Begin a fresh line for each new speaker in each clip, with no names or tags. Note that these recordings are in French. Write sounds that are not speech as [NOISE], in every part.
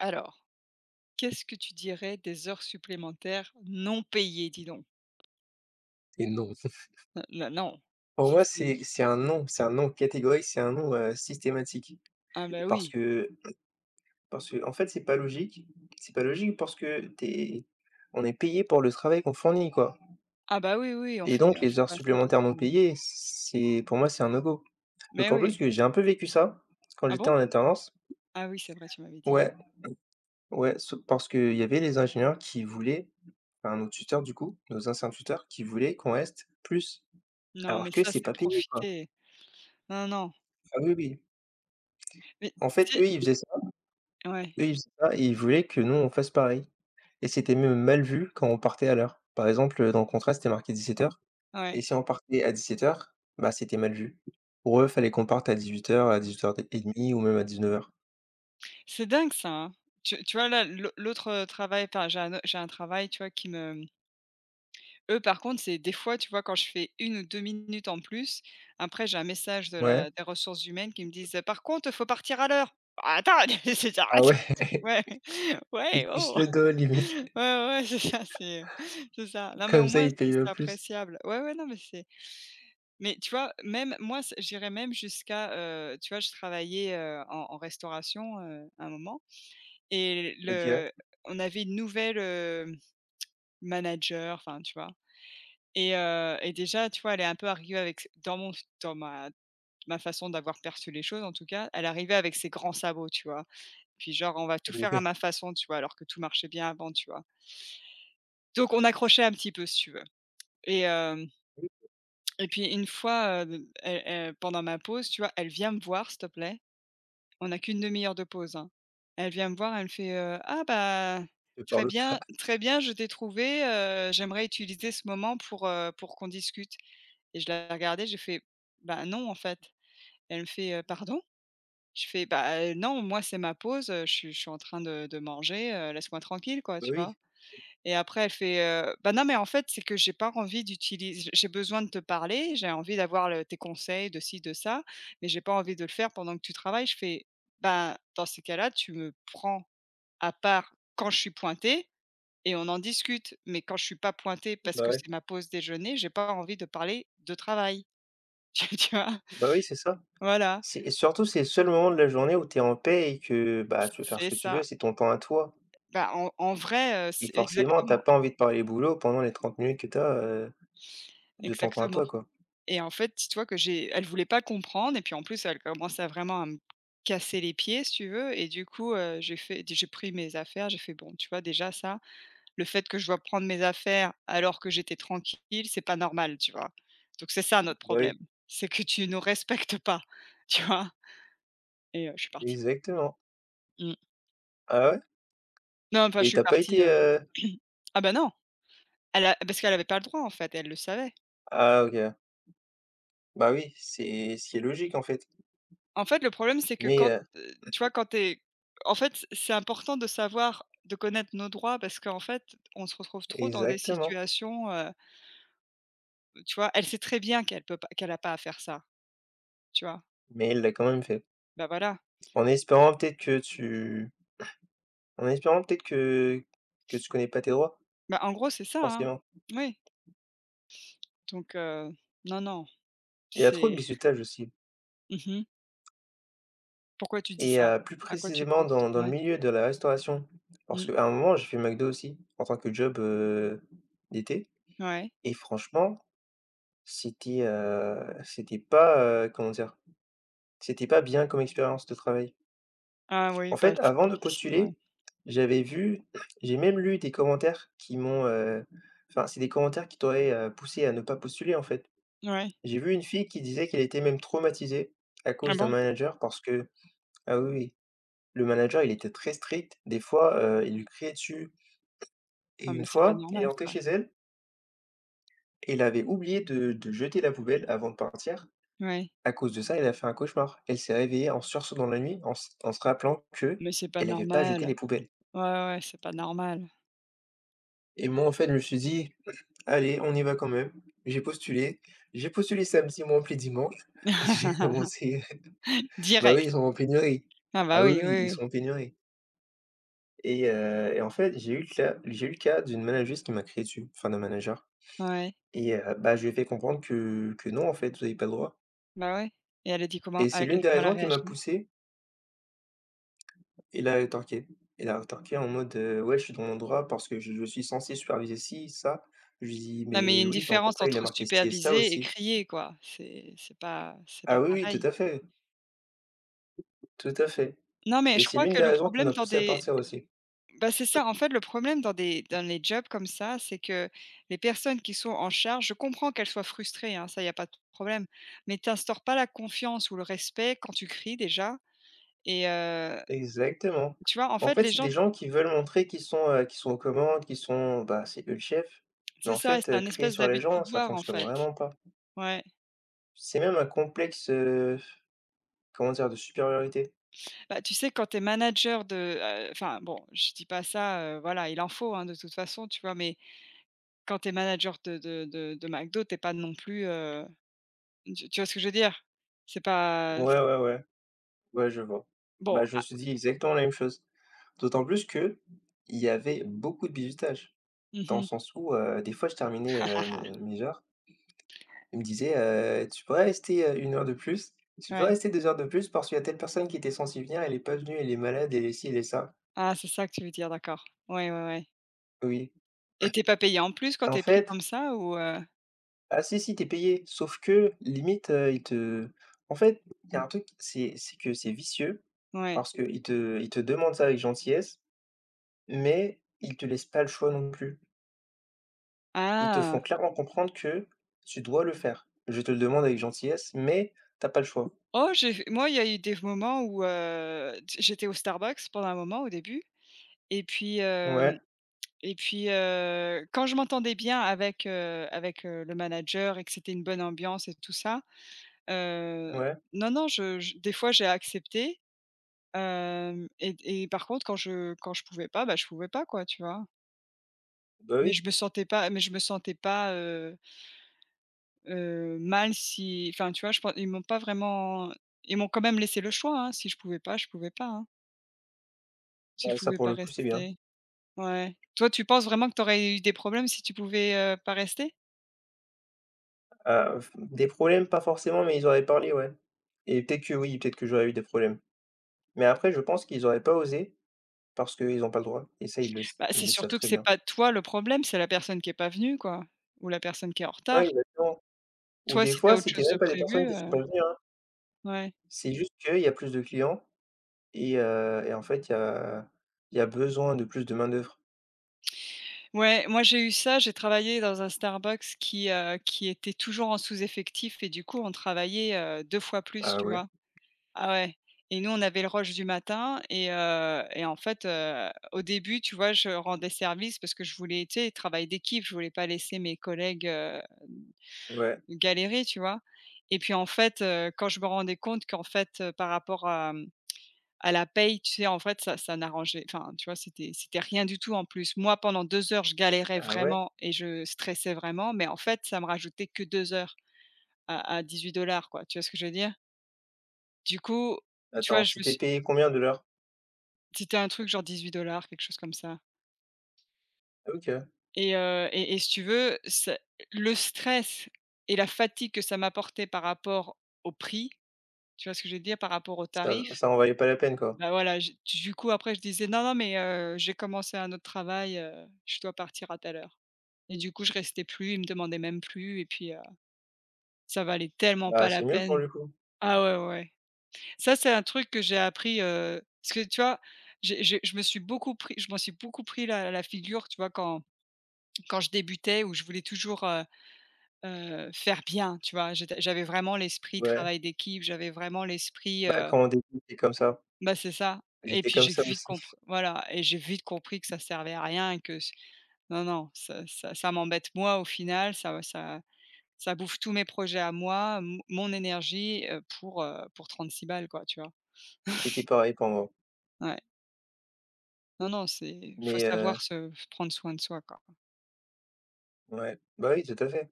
Alors, qu'est-ce que tu dirais des heures supplémentaires non payées, dis donc?
Et non. [LAUGHS]
Là, non.
Pour
Si,
moi,
si,
c'est
si.
c'est un non, c'est un non catégorique, c'est un non, systématique.
Ah bah
Parce
oui.
que parce que en fait, c'est pas logique. C'est pas logique parce que t'es on est payé pour le travail qu'on fournit, quoi,
Ah bah oui, oui, on
et
fait
donc
on
les
fait
heures
pas ça parce
supplémentaires
que
non payées, c'est pour moi, c'est un no go.
mais
D'autant plus
oui.
que j'ai un peu vécu ça quand
Ah
j'étais
bon?
en alternance.
Ah oui, c'est vrai, tu m'avais dit.
Ouais, ouais, sau parce qu'il y avait les ingénieurs qui voulaient enfin, nos tuteurs, du coup, nos anciens tuteurs qui voulaient qu'on reste plus,
Non, mais
alors que
ça,
c'est
c'est
pas payé, quoi.
profiter. Non, non,
Ah oui, oui.
mais
En
tu
fait,
sais
eux, ils faisaient
ouais,
eux, ils c'est ça et ils voulaient que nous, on fasse pareil, et c'était même mal vu quand on partait à l'heure. Par exemple, dans le contrat, c'était marqué 17:00 et
ouais.
si on partait à 17:00, bah, c'était mal vu. Pour eux, fallait qu'on parte à 18:00, à 18:30 ou même à 19:00.
C'est dingue ça, hein. Tu vois là, l'autre, travail, enfin j'ai un travail, tu vois, qui me. Eux, par contre, c'est des fois, tu vois, quand je fais 1 ou 2 minutes en plus, après j'ai un message de
Ouais.
la des ressources humaines qui me disent: «Par contre, faut partir à l'heure». Ah, attends, [LAUGHS] c'est
Ah
arrête,
ouais,
[LAUGHS] ouais,
[LAUGHS] ils
ouais,
te poussent
oh,
le dos
[LAUGHS]
limite,
ouais, ouais, c'est ça, c'est ça. Non, mais
comme
au
ça
moins,
ils
c'est
payent le
c'est
plus.
appréciable. Ouais, ouais, non, mais c'est mais tu vois, même moi, c'est j'irais même jusqu'à, tu vois, je travaillais, en restauration, un moment et
OK.
le on avait une nouvelle, manager, enfin, tu vois? Et déjà, tu vois, elle est un peu arrivée avec dans ma façon d'avoir perçu les choses en tout cas, elle arrivait avec ses grands sabots, tu vois? Puis genre: «On va tout faire à
Ouais,
ma façon», tu vois? Alors que tout marchait bien avant, tu vois? Donc on accrochait un petit peu si tu veux et hem et puis une fois, elle pendant ma pause, tu vois, elle vient me voir s'il te plaît. On a qu'une demi heure de pause, hein. Elle vient me voir, elle me fait: «Ah bah,
je parle pas.
très bien, je t'ai trouvé. J'aimerais utiliser ce moment pour, pour qu'on discute». Et je la regardais, j'ai fait: «Bah, non, en fait». Elle me fait: « Pardon?» Je fais: «Bah, non, moi, c'est ma pause, je suis en train de manger, laisse-moi tranquille, quoi»,
Bah
tu vois?
oui,
Et après, elle fait: «Bah, non, mais en fait, c'est que j'ai pas envie d'utiliser. J'ai besoin de te parler, j'ai envie d'avoir le tes conseils de ci, de ça, mais j'ai pas envie de le faire pendant que tu travailles». Je fais: «Bah, dans ces cas-là, tu me prends à part quand je suis pointée et on en discute, mais quand je suis pas pointée parce
bah
que
ouais,
c'est ma pause déjeuner, j'ai pas envie de parler de travail». [LAUGHS] Tu vois?
bah oui, c'est ça.
Voilà,
C'est et surtout, c'est le seul moment de la journée où tu es en paix et que, bah, tu peux faire
c'est
ce que tu veux,
ça.
c'est ton temps à toi.
Bah, en vrai,
Et
c'est
forcément, t'as
exactement,
pas envie de parler boulot pendant les 30 minutes que t'as as, de ton temps à
exactement
toi, quoi.
et en fait, dis-toi que j'ai elle voulait pas comprendre et puis en plus, elle commençait vraiment à me casser les pieds, si tu veux et du coup, j'ai pris mes affaires, j'ai fait: «Bon, tu vois, déjà ça, le fait que je dois prendre mes affaires alors que j'étais tranquille, c'est pas normal», tu vois? Donc c'est ça notre
Bah, oui,
problème, c'est que tu nous respectes pas, [LAUGHS] tu vois? Et je suis partie.
exactement.
Mmh.
Ah ouais?
Non, enfin, je
Et
suis
t'as pas
partie
été,
[CLEARS THROAT] ah ben non, elle a parce qu'elle avait pas le droit, en fait, elle le savait.
ah OK. Bah, oui, c'est ce qui est logique, en fait.
En fait, le problème, c'est que
Mais,
quand,tu vois, quand t'es, en fait, c'est important de savoir, de connaître nos droits parce qu'en fait, on se retrouve trop dans des
exactement,
situations, tu vois? Elle sait très bien qu'elle a pas à faire ça, tu vois?
mais il l'a quand même fait.
Bah, voilà.
En espérant peut-être que tu en espérant peut-être que tu connais pas tes droits,
Bah, en gros, c'est ça, hein.
forcément.
Oui, donc heu, non, non,
Il y a trop de
c'est
bizutage aussi,
[LAUGHS] mmh. Pourquoi tu dis
et
ça?
plus
À quoi tu
précisément
penses?
dans le
Ouais,
milieu de la restauration. Parce
mmh,
qu'à un moment, j'ai fait McDo aussi en tant que job, d'été,
ouais.
et franchement c'était pas, comment dire? C'était pas bien comme expérience de travail.
Ah oui,
En
bah,
fait,
c'est
avant de
difficile, ouais.
postuler, j'avais vu j'ai même lu des commentaires qui m'ont, enfin, c'est des commentaires qui t'auraient, poussé à ne pas postuler, en fait.
Ouais.
J'ai vu une fille qui disait qu'elle était même traumatisée à
Ah
cause d'un
bon?
manager parce que, ah oui, oui, le manager, il était très strict. Des fois, il lui criait dessus, et
Ah mais
une
c'est pas
fois, il est
normal
rentré
ça.
chez elle et il avait oublié de jeter la poubelle avant de partir.
Ouais,
À cause de ça, elle a fait un cauchemar. Elle s'est réveillée en sursaut dans la nuit en se rappelant que
mais c'est pas
elle n'avait pas jeté
normal.
les poubelles,
Ouais, ouais, ouais, c'est pas normal.
et moi, en fait, je me suis dit: «Allez, on y va quand même». J'ai postulé. J'ai postulé samedi, ils m'ont appelé dimanche, [LAUGHS] et j'ai
[LAUGHS]
commencé. [LAUGHS] Bah, oui,
Direct.
ils sont en pénurie.
Ah bah
Ah oui,
oui, oui,
oui, ils
oui.
sont en pénurie, et en fait, j'ai eu le cas d'une manageuse qui m'a crié dessus, enfin d'un manager,
Ouais,
et bah, je lui ai fait comprendre que non, en fait, vous n'avez pas le droit,
bah ouais. Et elle a dit comment?
et
Elle
c'est
a
l'une des
Comment elle a
raisons qui m'a
réagi?
poussé. Il a rétorqué. Il a rétorqué en mode: «Ouais, je suis dans mon droit parce que je suis censé superviser ci, ça». Je lui dis:
Non, mais il y a
«Mais
une
oui, dans le
différence
contrat, il a
entre
marqué ci et ça
superviser et
aussi».
crier, quoi. C'est pas
Ah oui, oui, tout
pareil.
à fait, tout à fait,
Non, mais
et
je
c'est
crois
l'une
que
des
le
raisons qui
problème
m'a
dans
poussé à
des
partir aussi.
bah, c'est ça, en fait, le problème dans les jobs comme ça, c'est que les personnes qui sont en charge je comprends qu'elles soient frustrées, hein, ça, il y a pas de problème, mais tu instaures pas la confiance ou le respect quand tu cries déjà et
Exactement.
tu vois? En
En
fait,
fait,
les
c'est
gens
des gens qui veulent montrer qu'ils sont aux commandes, c'est eux le chef, mais
c'est
en
ça,
fait,
c'est un
crier
espèce
sur les
d'abus de
gens, ça
pouvoir, en
fonctionne
fait.
vraiment pas.
Ouais.
C'est même un complexe, comment dire? De supériorité?
Bah, tu sais, quand tu es manager de, enfin bon, je dis pas ça, voilà, il en faut, hein, de toute façon, tu vois? Mais quand tu es manager de McDo, t'es pas non plus, tu vois ce que je veux dire? C'est pas
Ouais, ouais, ouais. Ouais, je vois.
bon,
Bah, je me
ah
suis dit exactement la même chose. D'autant plus que il y avait beaucoup de bizutage, dans le
mmh
sens où, des fois, je terminais, mon mes heures, ils me disaient: «Tu pourrais rester, 1 heure de plus, tu peux
ouais.
rester 2 heures de plus parce qu'il y a telle personne qui était censée venir, elle est pas venue, elle est malade, elle est ci, elle est ça».
Ah, c'est ça que tu veux dire, d'accord. Ouais, ouais, ouais
Oui.
et t'es pas payé en plus quand
Et en
t'es pris
fait
comme ça ou?
ah si, si, t'es payé, sauf que limite, ils te en fait, il y a un truc, c'est que c'est vicieux
Ouais.
parce qu'ils te demandent ça avec gentillesse. Mais ils te laissent pas le choix non plus. Ils te font
Ah!
clairement comprendre que tu dois le faire. Je te le demande avec gentillesse, mais t'as pas le choix.
Oh, j'ai moi, il y a eu des moments où, t j'étais au Starbucks pendant un moment, au début et puis.
Ouais,
Et puis, quand je m'entendais bien avec, avec, le manager et que c'était une bonne ambiance et tout ça, heu,
ouais,
non, non, je des fois j'ai accepté, hem et par contre quand je pouvais pas, bah, je pouvais pas quoi, tu vois?
bah
Mais
oui,
je me sentais pas mais je me sentais pas, mal si enfin, tu vois? Je pen ils m'ont pas vraiment ils m'ont quand même laissé le choix, hein. Si je pouvais pas, je pouvais pas, hein, si je
bah ça
pouvais
pour
pas
le coup, c'est bien.
rester. Ouais. Toi, tu penses vraiment que tu aurais eu des problèmes si tu pouvais pas rester?
Ah, f des problèmes, pas forcément, mais ils auraient parlé, ouais. Et peut-être que oui, peut-être que j'aurais eu des problèmes. Mais après, je pense qu'ils auraient pas osé parce qu'ils n'ont pas le droit et ça,
Bah,
ils
c'est
le savent
surtout que
très
c'est
bien.
pas toi le problème, c'est la personne qui est pas venue, quoi, ou la personne qui est en
Ouais,
retard.
exactement. Ou
Toi,
des
si tu
fois,
as autre
c'était
chose de
même pas des personnes
prévu,
qui sont pas venues, hein.
ouais.
C'est juste qu'il y a plus de clients, et en fait, il y a besoin de plus de main-d'œuvre.
Ouais, moi j'ai eu ça, j'ai travaillé dans un Starbucks qui était toujours en sous-effectif et du coup on travaillait, 2 fois plus,
Ah
tu
ouais?
vois? Ah ouais, et nous on avait le rush du matin et en fait, au début, tu vois, je rendais service parce que je voulais, tu sais, travail d'équipe, je voulais pas laisser mes collègues,
Ouais.
galérer, tu vois? Et puis, en fait, quand je me rendais compte qu'en fait, par rapport à la paye, tu sais, en fait, ça n'arrangeait enfin, tu vois, c'était rien du tout en plus. Moi, pendant 2 heures, je galérais
Ah ouais?
vraiment et je stressais vraiment, mais en fait, ça me rajoutait que 2 heures à 18 dollars, quoi. Tu vois ce que je veux dire? Du coup, tu vois,
Attends,
je me
c'était
suis
payé combien de l'heure?
c'était un truc genre 18 dollars, quelque chose comme ça
Ah OK.
et si tu veux, c'est le stress et la fatigue que ça m'apportait par rapport au prix, tu vois ce que je veux dire? Par rapport au
Ça
tarif.
ça en valait pas la peine, quoi.
Bah, voilà, j'ai du coup après je disais: «Non, non mais j'ai commencé un autre travail, je dois partir à telle heure» et du coup je restais plus, il me demandait même plus et puis, ça valait tellement pas
Bah,
la
c'est mieux pour
peine.
le coup.
Ah ouais, ouais, ouais. Ça, c'est un truc que j'ai appris, parce que tu vois, j'ai je me suis beaucoup pris je m'en suis beaucoup pris la figure, tu vois, quand je débutais où je voulais toujours, faire bien, tu vois? J'avais vraiment l'esprit
Ouais.
travail d'équipe, j'avais vraiment l'esprit.
Bah, quand on débute, c'est comme ça.
Bah, c'est ça. Et
J'étais
puis
comme ça aussi. [LAUGHS]
j'ai vite compris que ça servait à rien et que s non, non, ça m'embête moi au final, ça bouffe tous mes projets à moi, m mon énergie, pour 36 balles quoi, tu vois?
J'étais pareil pour moi.
Ouais. Non, non, c'est faut
Mais
savoir se prendre soin de soi quoi.
ouais. Bah oui, tout à fait.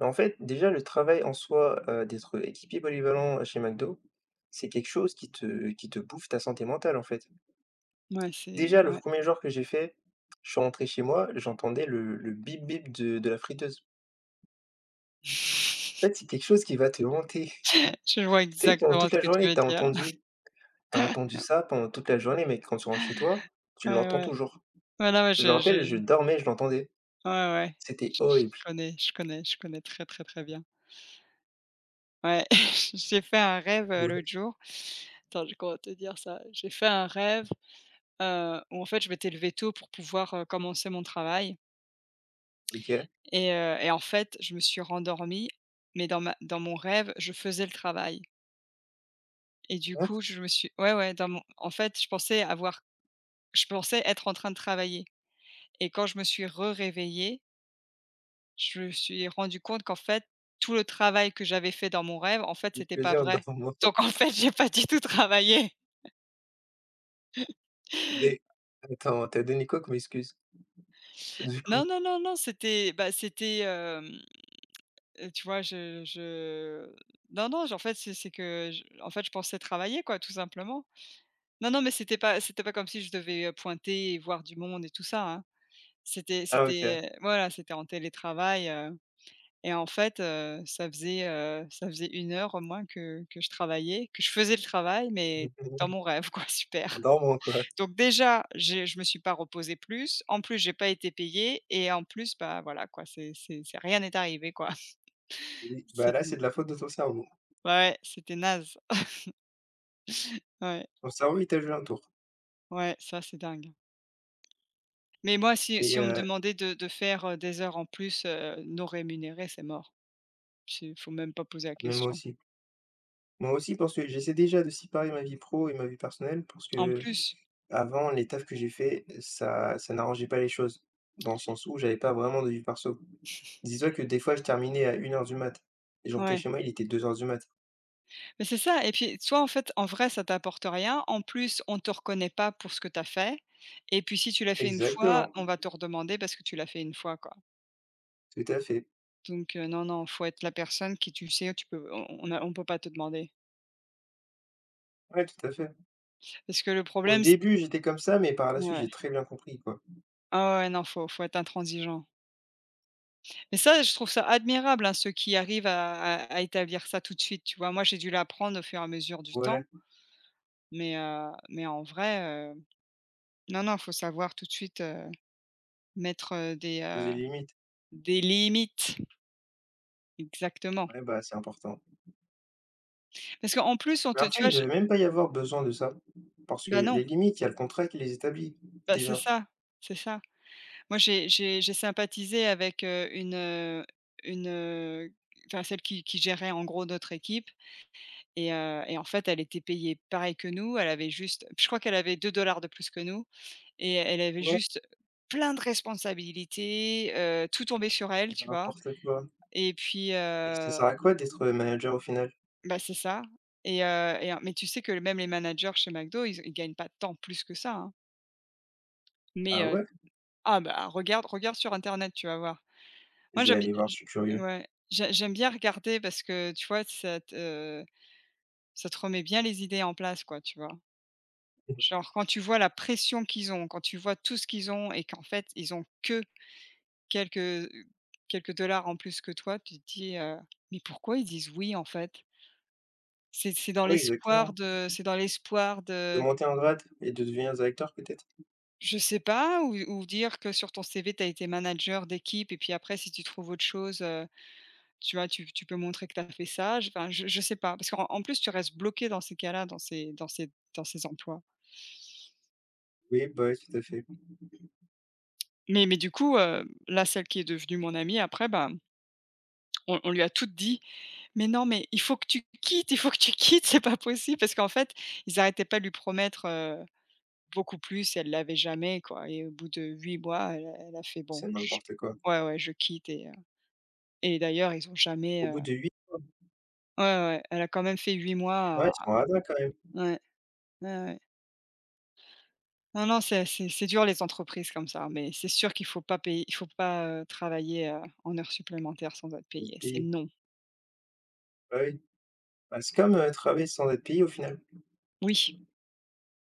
En fait, déjà, le travail en soi, d'être équipier polyvalent chez McDo, c'est quelque chose qui te bouffe ta santé mentale, en fait.
Ouais, c'est
Déjà, le
ouais.
premier jour que j'ai fait, je suis rentré chez moi, j'entendais le bip bip de la friteuse. En fait,
[LAUGHS]
c'est quelque chose qui va te hanter.
Je vois
Tu sais, pendant
exactement
toute
ce
la
que tu
journée,
veux dire.
t'as
[LAUGHS]
entendu ça pendant toute la journée, mais quand tu rentres chez toi, tu
Ouais,
l'entends
ouais.
toujours.
Ouais, non, mais
Je me rappelle,
je
je dormais, je l'entendais.
ouais, ouais.
C'était
Je
horrible.
connais, je connais, je connais très, très, très bien. Ouais, [LAUGHS] j'ai fait un rêve,
Ouais,
l'autre jour. Attends, je comment te dire ça? J'ai fait un rêve, où en fait je m'étais levée tôt pour pouvoir, commencer mon travail
OK.
et en fait, je me suis rendormie, mais dans mon rêve, je faisais le travail et du
Ah, ça
coup, je me suis ouais, ouais, dans mon en fait, je pensais être en train de travailler et quand je me suis re-réveillée, je me suis rendu compte qu'en fait, tout le travail que j'avais fait dans mon rêve, en fait, c'était pas
plaisir en
vrai.
dormant. [LAUGHS]
Donc en fait, [LAUGHS] j'ai pas du tout travaillé.
Mais attends, t'as donné quoi comme excuse, du coup?
Non, non, non, non, c'était bah, c'était, tu vois, je non, non, j en fait, c'est que je en fait, je pensais travailler, quoi, tout simplement. Non, non, mais c'était pas comme si je devais, pointer et voir du monde et tout ça, hein. C'était
Ah OK.
c'était, heu, voilà, c'était en télétravail, et en fait, ça faisait une heure au moins que je travaillais, que je faisais le travail, mais dans mon
[LAUGHS]
rêve, quoi, [LAUGHS]
En
super.
dormant, quoi.
Donc déjà, j'ai je me suis pas reposée plus, en plus j'ai pas été payée et en plus, bah, voilà quoi, c'est rien n'est arrivé quoi. [LAUGHS]
Oui, bah, là, c'est
C'était
de la faute de ton cerveau.
ouais, c'était naze. [LAUGHS] Ouais,
Ton cerveau, il t'a joué un tour.
ouais, ça c'est dingue. Mais moi, si
Mais
si on me
heu,
demandait de faire, des heures en plus, non rémunérées, c'est mort. Il faut même pas poser la
mais moi
question.
aussi. Moi aussi parce que j'essaie déjà de séparer ma vie pro et ma vie personnelle parce
En
que.
plus,
Avant, les tafs que j'ai fait, ça ça n'arrangeait pas les choses, dans le sens où j'avais pas vraiment de vie perso. Dis-toi que des fois, je terminais à 1 heure du mat et je rentrais
ouais,
chez moi, il était 2 heures du mat.
mais c'est ça et puis soit en fait, en vrai ça t'apporte rien, en plus on te reconnaît pas pour ce que tu as fait et puis si tu l'as fait une fois, on
Exactement,
va te redemander parce que tu l'as fait une fois, quoi.
tout à fait.
Donc non, non, faut être la personne qui tu sais, tu peux on peut pas te demander.
Ouais, tout à fait.
Parce que le
Au
problème, c'est.
début, j'étais comme ça, mais par la suite,
Ouais.
j'ai très bien compris, quoi.
Ah ouais, non, faut être intransigeant. Mais ça, je trouve ça admirable, hein, ceux qui arrivent à établir ça tout de suite, tu vois? Moi, j'ai dû l'apprendre au fur et à mesure du temps,
Ouais,
mais en vrai, heu, non, non, faut savoir tout de suite, mettre, des,
poser
heu,
les limites.
des limites. Exactement.
Ouais, bah, c'est important.
Parce qu'en plus, on
Mais
te tu
après,
vois,
il
je
devait même pas y avoir besoin de ça, parce que
bah non,
les limites, il y a le contrat qui les établit,
bah c'est
déjà.
ça, c'est ça. Moi, j'ai sympathisé avec, une, heu, enfin celle qui gérait en gros notre équipe et en fait, elle était payée pareil que nous. Elle avait juste, je crois, qu'elle avait 2 dollars de plus que nous et elle avait
Ouais,
juste plein de responsabilités, tout tombait sur elle, tu vois?
n'importe quoi.
Et puis,
Et ça sert à quoi d'être manager au final?
bah, c'est ça mais tu sais que même les managers chez McDo, ils gagnent pas tant plus que ça, hein. Mais,
Ah ouais?
ah bah, regarde sur internet, tu vas voir. Moi,
J'ai vais
j'aime bi
aller voir,
j
je suis curieux.
ouais, j'aime bien regarder parce que, tu vois, ça te remet bien les idées en place, quoi, tu vois? Genre, quand tu vois la pression qu'ils ont, quand tu vois tout ce qu'ils ont et qu'en fait, ils ont que quelques, euh, quelques dollars en plus que toi, tu te dis: «Mais pourquoi ils disent "oui" en fait?» C'est dans
Oui,
l'espoir
exactement.
de,
De monter en grade et de devenir acteur peut-être?
je sais pas, ou dire que sur ton CV, tu as été manager d'équipe et puis après si tu trouves autre chose. Tu vois, tu peux montrer que tu as fait ça, je enfin, je sais pas, parce qu'en en plus tu restes bloqué dans ces cas-là, dans ces emplois.
Oui, bah, oui, tout à fait.
Mais du coup, là, celle qui est devenue mon amie après, bah, on lui a tout dit: «Mais non, mais il faut que tu quittes, il faut que tu quittes, [LAUGHS] c'est pas possible!» Parce qu'en fait, ils arrêtaient pas de lui promettre, beaucoup plus et elle l'avait jamais, quoi, et au bout de 8 mois, elle a fait: «Bon,
C'est
je.»
n'importe quoi.
Ouais, ouais, «je quitte» et d'ailleurs ils ont jamais,
Au bout de huit
ouais, ouais, ouais, elle a quand même fait 8
mois, ouais,
mois
ils
à
sont radins quand même.
à Ouais, ouais, ouais. Non, non, c'est dur les entreprises comme ça, hein, mais c'est sûr qu'il faut pas, travailler, en heures supplémentaires sans être
Vous êtes
payé. C'est
payés.
non.
Bah, oui. Bah, c'est comme, travailler sans être payé au final.
Oui.